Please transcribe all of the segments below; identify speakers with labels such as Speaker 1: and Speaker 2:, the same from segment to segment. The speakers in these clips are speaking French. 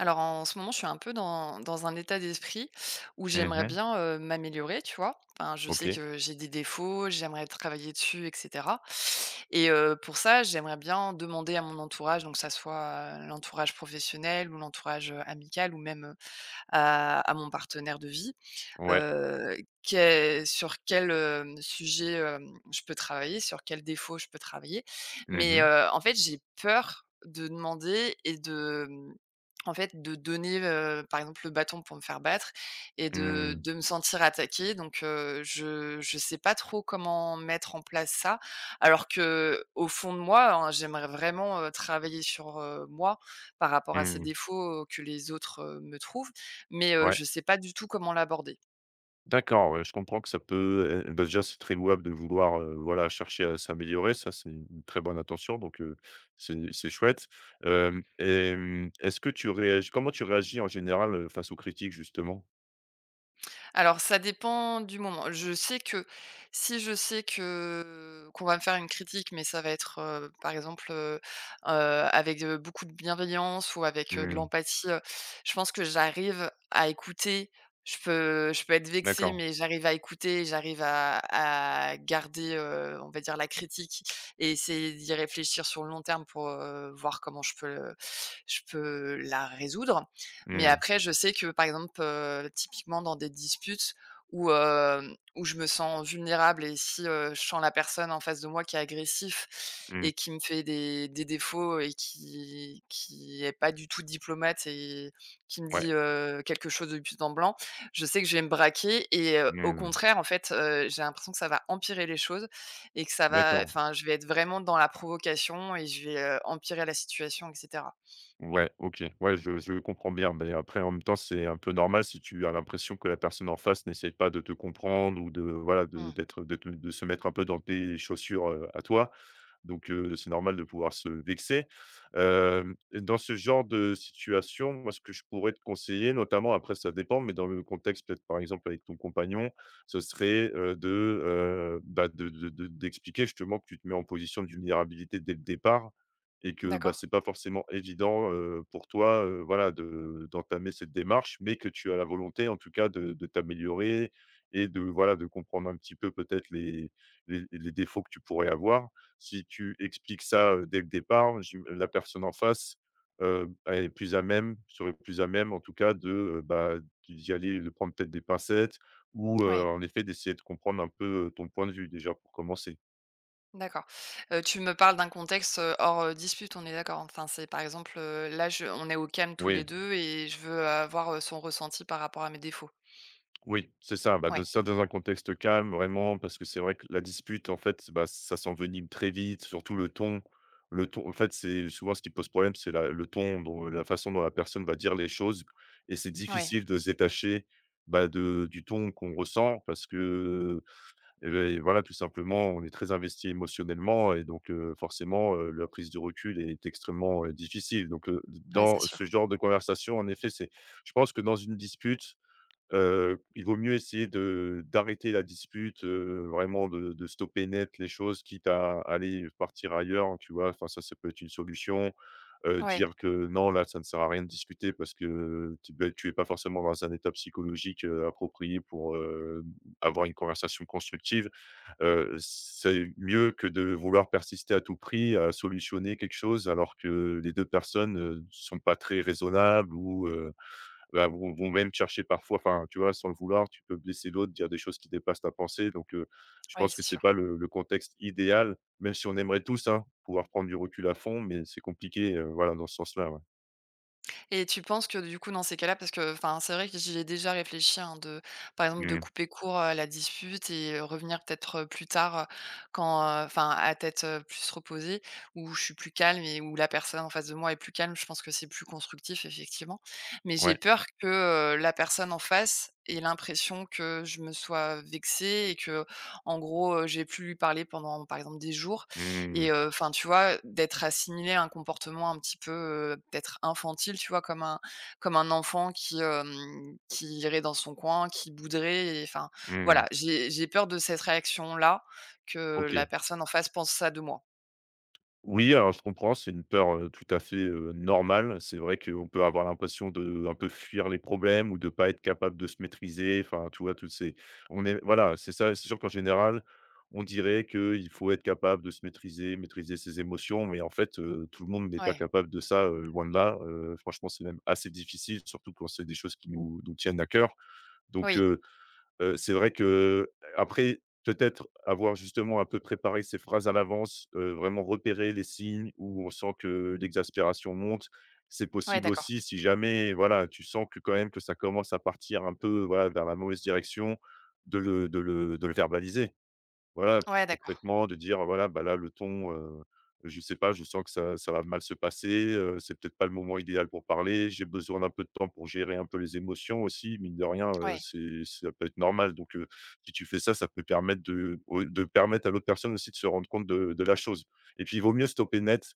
Speaker 1: Alors en ce moment, je suis un peu dans un état d'esprit où j'aimerais
Speaker 2: Mmh
Speaker 1: bien, m'améliorer, tu vois? Enfin, je sais
Speaker 2: OK.
Speaker 1: que j'ai des défauts, j'aimerais travailler dessus et cetera et pour ça, j'aimerais bien demander à mon entourage, donc que ça soit l'entourage professionnel ou l'entourage, amical ou même, à mon partenaire de vie,
Speaker 2: Ouais.
Speaker 1: heu, qué sur quel, sujet, je peux travailler, sur quel défaut je peux travailler.
Speaker 2: Mmh
Speaker 1: Mais,
Speaker 2: mh.
Speaker 1: en fait, j'ai peur de demander et en fait, de donner, par exemple, le bâton pour me faire battre et de
Speaker 2: Mmh.
Speaker 1: de me sentir attaquée donc, je sais pas trop comment mettre en place ça. Alors que au fond de moi, hein, j'aimerais vraiment, travailler sur, moi par rapport à ces
Speaker 2: Mmh.
Speaker 1: défauts que les autres, me trouvent, mais,
Speaker 2: Ouais.
Speaker 1: je sais pas du tout comment l'aborder.
Speaker 2: D'accord, ouais, je comprends que ça peut, bah, déjà, c'est très louable de vouloir, voilà, chercher à s'améliorer. Ça, c'est une très bonne intention, donc c'est chouette. Est-ce que tu réagis comment tu réagis en général, face aux critiques, justement?
Speaker 1: Alors ça dépend du moment. Je sais que si je sais que qu'on va me faire une critique, mais ça va être, par exemple, heu, avec, beaucoup de bienveillance ou avec, de
Speaker 2: Mmh.
Speaker 1: l'empathie, je pense que j'arrive à écouter. Je peux être vexée,
Speaker 2: D'accord.
Speaker 1: mais j'arrive à écouter, j'arrive à garder, on va dire la critique et essayer d'y réfléchir sur le long terme pour, voir comment je peux la résoudre. Mais
Speaker 2: Mmh.
Speaker 1: après, je sais que, par exemple, typiquement dans des disputes où je me sens vulnérable et si, je sens la personne en face de moi qui est agressif
Speaker 2: Mmh.
Speaker 1: et qui me fait des défauts et qui est pas du tout diplomate et qui me
Speaker 2: Ouais.
Speaker 1: dit, quelque chose de but en blanc, je sais que je vais me braquer et au
Speaker 2: Mmh.
Speaker 1: contraire, en fait, j'ai l'impression que ça va empirer les choses et que ça va
Speaker 2: D'accord.
Speaker 1: enfin, je vais être vraiment dans la provocation et je vais, empirer la situation et cetera.
Speaker 2: Ouais, OK. Ouais, je comprends bien, mais après, en même temps, c'est un peu normal si tu as l'impression que la personne en face n'essaie pas de te comprendre ou de voilà, de
Speaker 1: Mmh.
Speaker 2: d'être de te de se mettre un peu dans tes chaussures, à toi donc c'est normal de pouvoir se vexer. Dans ce genre de situation, moi, ce que je pourrais te conseiller, notamment après ça dépend, mais dans le contexte peut-être, par exemple, avec ton compagnon, ce serait, bah, de d'expliquer justement que tu te mets en position de vulnérabilité dès le départ et que, bah,
Speaker 1: D'accord,
Speaker 2: c'est pas forcément évident, pour toi, voilà, de d'entamer cette démarche, mais que tu as la volonté, en tout cas, de t'améliorer et de, voilà, de comprendre un petit peu peut-être les défauts que tu pourrais avoir si tu expliques ça, dès le départ, j'im la personne en face, elle est plus à même serait plus à même en tout cas de, bah, d'y aller, de prendre peut-être des pincettes ou,
Speaker 1: ouais.
Speaker 2: en effet d'essayer de comprendre un peu, ton point de vue déjà pour commencer.
Speaker 1: D'accord. Tu me parles d'un contexte, hors, dispute, on est d'accord? Enfin, c'est par exemple, là je on est au calme tous les
Speaker 2: Oui.
Speaker 1: 2 et je veux avoir, son ressenti par rapport à mes défauts?
Speaker 2: Oui, c'est ça. Bah, de
Speaker 1: Ouais,
Speaker 2: ça dans un contexte calme, vraiment, parce que c'est vrai que la dispute, en fait, bah, ça s'envenime très vite, surtout le ton. Le ton, en fait, c'est souvent ce qui pose problème, c'est le ton, dont, la façon dont la personne va dire les choses. Et c'est
Speaker 1: ouais,
Speaker 2: difficile de se détacher bah, de, du ton qu'on ressent, parce que, eh ben, voilà, tout simplement, on est très investi émotionnellement, et donc, forcément, la prise de recul est extrêmement difficile. Donc,
Speaker 1: ouais,
Speaker 2: dans
Speaker 1: c'est sûr.
Speaker 2: ce genre de conversation, en effet, c'est, je pense que dans une dispute, il vaut mieux essayer de d'arrêter la dispute, vraiment de stopper net les choses, quitte à aller partir ailleurs, tu vois? Enfin, ça peut être une solution.
Speaker 1: Ouais,
Speaker 2: Dire que: «Non, là, ça ne sert à rien de discuter parce que tu beh, tu es pas forcément dans un état psychologique, approprié pour, avoir une conversation constructive». C'est mieux que de vouloir persister à tout prix à solutionner quelque chose alors que les 2 personnes, sont pas très raisonnables ou bah, vont même chercher parfois enfin, tu vois, sans le vouloir, tu peux blesser l'autre, dire des choses qui dépassent ta pensée donc je
Speaker 1: ouais,
Speaker 2: pense que
Speaker 1: c'est
Speaker 2: c'est
Speaker 1: sûr.
Speaker 2: pas le contexte idéal, même si on aimerait tous, hein, pouvoir prendre du recul à fond mais c'est compliqué, voilà, dans ce sens-là, ouais.
Speaker 1: Et tu penses que du coup, dans ces cas-là, parce que enfin, c'est vrai que j'y ai déjà réfléchi, hein, de, par exemple, de
Speaker 2: Mmh.
Speaker 1: couper court à la dispute et revenir peut-être plus tard quand, enfin, à tête plus reposée, où je suis plus calme et où la personne en face de moi est plus calme. Je pense que c'est plus constructif, effectivement. Mais j'ai
Speaker 2: Ouais.
Speaker 1: peur que la personne en face ait l'impression que je me sois vexée et que, en gros, j'ai plus lui parler pendant, par exemple, des jours
Speaker 2: Mmh.
Speaker 1: et enfin, tu vois, d'être assimilé à un comportement un petit peu, peut-être infantile, tu vois? Comme un enfant qui, qui irait dans son coin, qui bouderait enfin,
Speaker 2: Mmh.
Speaker 1: voilà, j'ai peur de cette réaction-là, que la
Speaker 2: OK.
Speaker 1: personne en face pense ça de moi.
Speaker 2: Oui, alors je comprends, c'est une peur, tout à fait, normale. C'est vrai qu'on peut avoir l'impression de un peu fuir les problèmes ou de pas être capable de se maîtriser. Enfin, tu vois, toutes ces on est voilà, c'est ça. C'est sûr qu'en général, on dirait qu'il faut être capable de se maîtriser, maîtriser ses émotions, mais en fait, tout le monde n'est pas
Speaker 1: Ouais,
Speaker 2: capable de ça, loin de là. Franchement, c'est même assez difficile, surtout quand c'est des choses qui nous tiennent à cœur. Donc
Speaker 1: oui,
Speaker 2: heu c'est vrai que après peut-être avoir justement un peu préparé ses phrases à l'avance, vraiment repérer les signes où on sent que l'exaspération monte. C'est
Speaker 1: ouais,
Speaker 2: possible
Speaker 1: d'accord,
Speaker 2: aussi si jamais, voilà, tu sens que quand même que ça commence à partir un peu, voilà, vers la mauvaise direction, de le verbaliser. Voilà, tout
Speaker 1: ouais, d'accord,
Speaker 2: concrètement, de dire, voilà, bah, là, le ton, je sais pas, je sens que ça va mal se passer, c'est peut-être pas le moment idéal pour parler, j'ai besoin d'un peu de temps pour gérer un peu les émotions aussi, mine de rien,
Speaker 1: ouais.
Speaker 2: c'est ça peut être normal donc si tu fais ça, ça peut permettre de au de permettre à l'autre personne aussi de se rendre compte de la chose et puis il vaut mieux stopper net,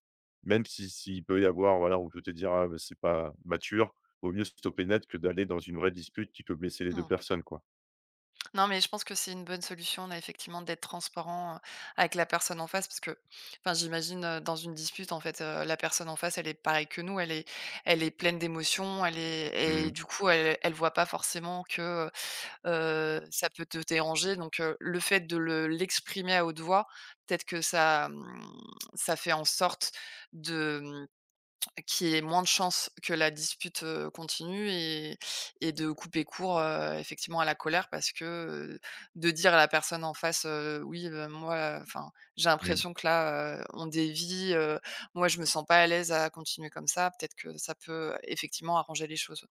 Speaker 2: même si s'il peut y avoir, voilà, on peut te dire: «Ah, bah, c'est pas mature», vaut mieux stopper net que d'aller dans une vraie dispute qui peut blesser les 2
Speaker 1: Mmh.
Speaker 2: personnes, quoi.
Speaker 1: Non, mais je pense que c'est une bonne solution, là, effectivement, d'être transparent, avec la personne en face parce que, enfin, j'imagine, dans une dispute, en fait, la personne en face, elle est pareille que nous, elle est pleine d'émotions, elle est et
Speaker 2: Mmh
Speaker 1: du coup, elle voit pas forcément que, ça peut te déranger donc le fait de le l'exprimer à haute voix, peut-être que ça, ça fait en sorte de, mmh qu'il y ait moins de chances que la dispute, continue et de couper court, effectivement à la colère parce que, heu, de dire à la personne en face, «Oui, moi, enfin, j'ai
Speaker 2: mh.
Speaker 1: l'impression que là, on dévie, moi je me sens pas à l'aise à continuer comme ça, peut-être que ça peut effectivement arranger les choses».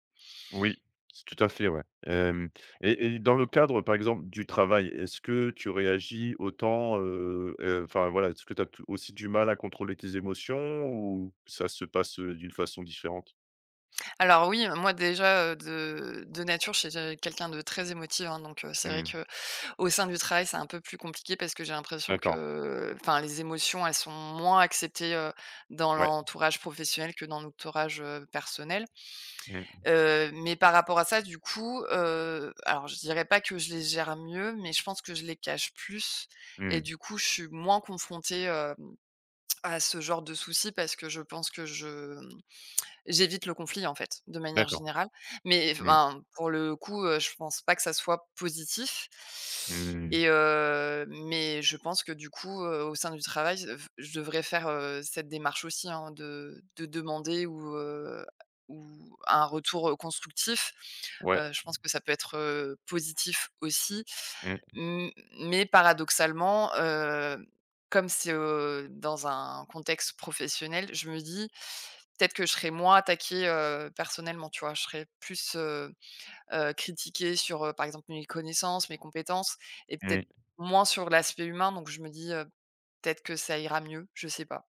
Speaker 2: Oui, c tout à fait, ouais. Hem et dans le cadre, par exemple, du travail, est-ce que tu réagis autant, enfin, voilà, est-ce que tu as aussi du mal à contrôler tes émotions ou ça se passe, d'une façon différente?
Speaker 1: Alors oui, moi déjà, de nature, je suis quelqu'un de très émotif hein, donc c'est vrai
Speaker 2: Mmh,
Speaker 1: que au sein du travail, c'est un peu plus compliqué parce que j'ai l'impression
Speaker 2: d'accord,
Speaker 1: que, enfin, les émotions, elles sont moins acceptées, dans
Speaker 2: ouais.
Speaker 1: l'entourage professionnel que dans l'entourage, personnel.
Speaker 2: Mmh,
Speaker 1: Mais par rapport à ça, du coup, alors je dirais pas que je les gère mieux, mais je pense que je les cache plus et
Speaker 2: mmh,
Speaker 1: du coup, je suis moins confrontée, à ce genre de soucis parce que je pense que je j'évite le conflit, en fait, de manière
Speaker 2: d'accord.
Speaker 1: générale. Mais
Speaker 2: Mmh,
Speaker 1: enfin, pour le coup, je pense pas que ça soit positif
Speaker 2: mmh,
Speaker 1: et mais je pense que du coup, au sein du travail, je devrais faire, cette démarche aussi, hein, de demander ou un retour, constructif.
Speaker 2: ouais.
Speaker 1: Je pense que ça peut être, positif aussi.
Speaker 2: Mmh,
Speaker 1: M Mais paradoxalement, comme c'est, dans un contexte professionnel, je me dis peut-être que je serais moins attaquée, personnellement, tu vois? Je serais plus, critiquée sur, par exemple, mes connaissances, mes compétences et peut-être
Speaker 2: mmh.
Speaker 1: moins sur l'aspect humain donc je me dis, «Peut-être que ça ira mieux», je sais pas.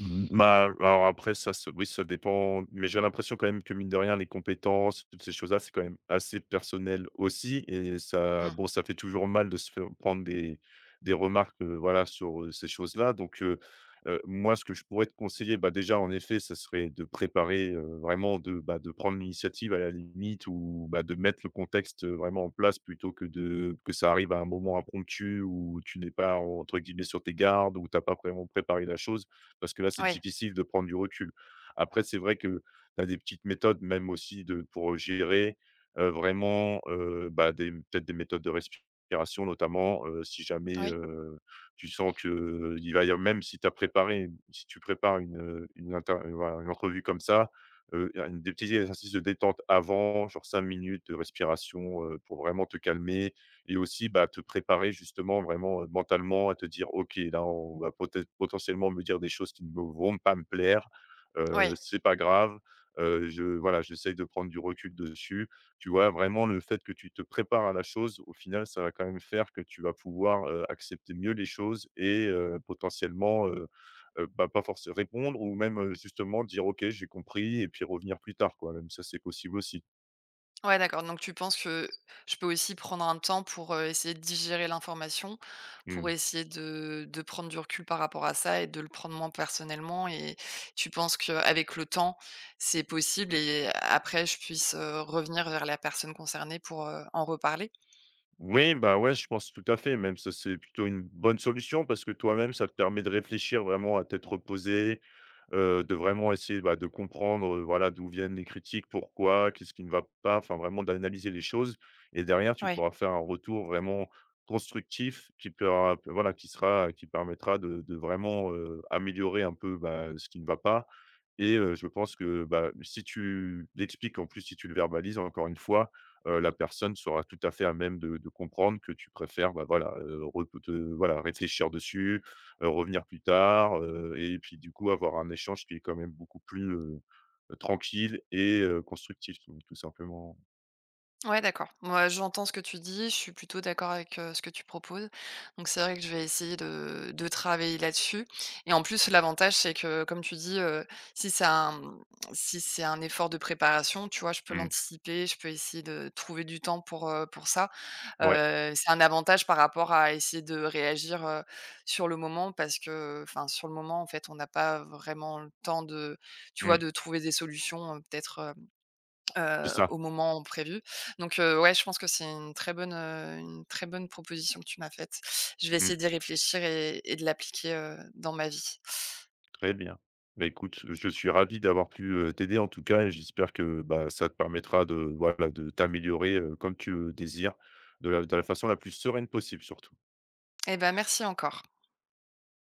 Speaker 2: Mmh, bah, alors après ça se oui ça dépend, mais j'ai l'impression quand même que mine de rien les compétences, toutes ces choses-là, c'est quand même assez personnel aussi et ça
Speaker 1: Mmh.
Speaker 2: bon ça fait toujours mal de se faire prendre des remarques, voilà sur, ces choses-là donc moi ce que je pourrais te conseiller, bah, déjà en effet ça serait de préparer, vraiment de, bah, de prendre l'initiative à la limite ou, bah, de mettre le contexte, vraiment en place plutôt que de que ça arrive à un moment impromptu où tu n'es pas entre guillemets «sur tes gardes» ou tu as pas vraiment préparé la chose parce que là, c'est
Speaker 1: Oui,
Speaker 2: difficile de prendre du recul. Après, c'est vrai que tu as des petites méthodes, même aussi de pour gérer, bah, des peut-être des méthodes de respiration notamment, si jamais,
Speaker 1: oui,
Speaker 2: tu sens que il va y avoir, même si tu prépares une inter voilà, une entrevue comme ça, y a des petits exercices de détente avant, genre 5 minutes de respiration, pour vraiment te calmer et aussi, bah, te préparer justement vraiment, mentalement à te dire: «OK, là, on va peut potentiellement me dire des choses qui ne me- vont pas me plaire,
Speaker 1: oui.
Speaker 2: c'est pas grave, je voilà, j'essaye de prendre du recul dessus». Tu vois? Vraiment le fait que tu te prépares à la chose, au final, ça va quand même faire que tu vas pouvoir, accepter mieux les choses et potentiellement, bah, pas forcément répondre ou même, justement dire: «OK, j'ai compris» et puis revenir plus tard, quoi. Même ça, c'est possible aussi.
Speaker 1: Ouais, d'accord, donc tu penses que je peux aussi prendre un temps pour, essayer de digérer l'information,
Speaker 2: Mmh.
Speaker 1: pour essayer de prendre du recul par rapport à ça et de le prendre moins personnellement et tu penses qu'avec le temps, c'est possible et après je puisse, revenir vers la personne concernée pour, en reparler?
Speaker 2: Oui, bah, ouais, je pense tout à fait, même ça, c'est plutôt une bonne solution parce que toi-même, ça te permet de réfléchir vraiment à tête reposée, de vraiment essayer, bah, de comprendre, voilà, d'où viennent les critiques, pourquoi, qu'est-ce qui ne va pas, enfin vraiment d'analyser les choses et derrière, tu
Speaker 1: Ouais.
Speaker 2: pourras faire un retour vraiment constructif qui pera voilà, qui permettra de vraiment, améliorer un peu, bah, ce qui ne va pas et je pense que, bah, si tu l'expliques, en plus, si tu le verbalises, encore une fois, la personne sera tout à fait à même de comprendre que tu préfères, bah, voilà, re te voilà, réfléchir dessus, revenir plus tard, et puis, du coup, avoir un échange qui est quand même beaucoup plus, tranquille et constructif, donc tout simplement.
Speaker 1: Ouais, d'accord. Moi, j'entends ce que tu dis, je suis plutôt d'accord avec ce que tu proposes. Donc, c'est vrai que je vais essayer de travailler là-dessus. Et en plus, l'avantage, c'est que, comme tu dis, si c'est un, si c'est un effort de préparation, tu vois, je peux
Speaker 2: Mmh.
Speaker 1: l'anticiper, je peux essayer de trouver du temps pour ça.
Speaker 2: Ouais,
Speaker 1: C'est un avantage par rapport à essayer de réagir sur le moment parce que, enfin, sur le moment, en fait, on n'a pas vraiment le temps de, tu
Speaker 2: mmh,
Speaker 1: vois, de trouver des solutions, peut-être.
Speaker 2: c'est ça.
Speaker 1: Au moment prévu. Donc ouais, je pense que c'est une très bonne, une très bonne proposition que tu m'as faite. Je vais
Speaker 2: Mmh.
Speaker 1: essayer d'y réfléchir et de l'appliquer, dans ma vie.
Speaker 2: Très bien. Bah, écoute, je suis ravi d'avoir pu, t'aider, en tout cas et j'espère que, bah, ça te permettra de, voilà, de t'améliorer, comme tu le désires, de la façon la plus sereine possible, surtout.
Speaker 1: Et ben merci encore.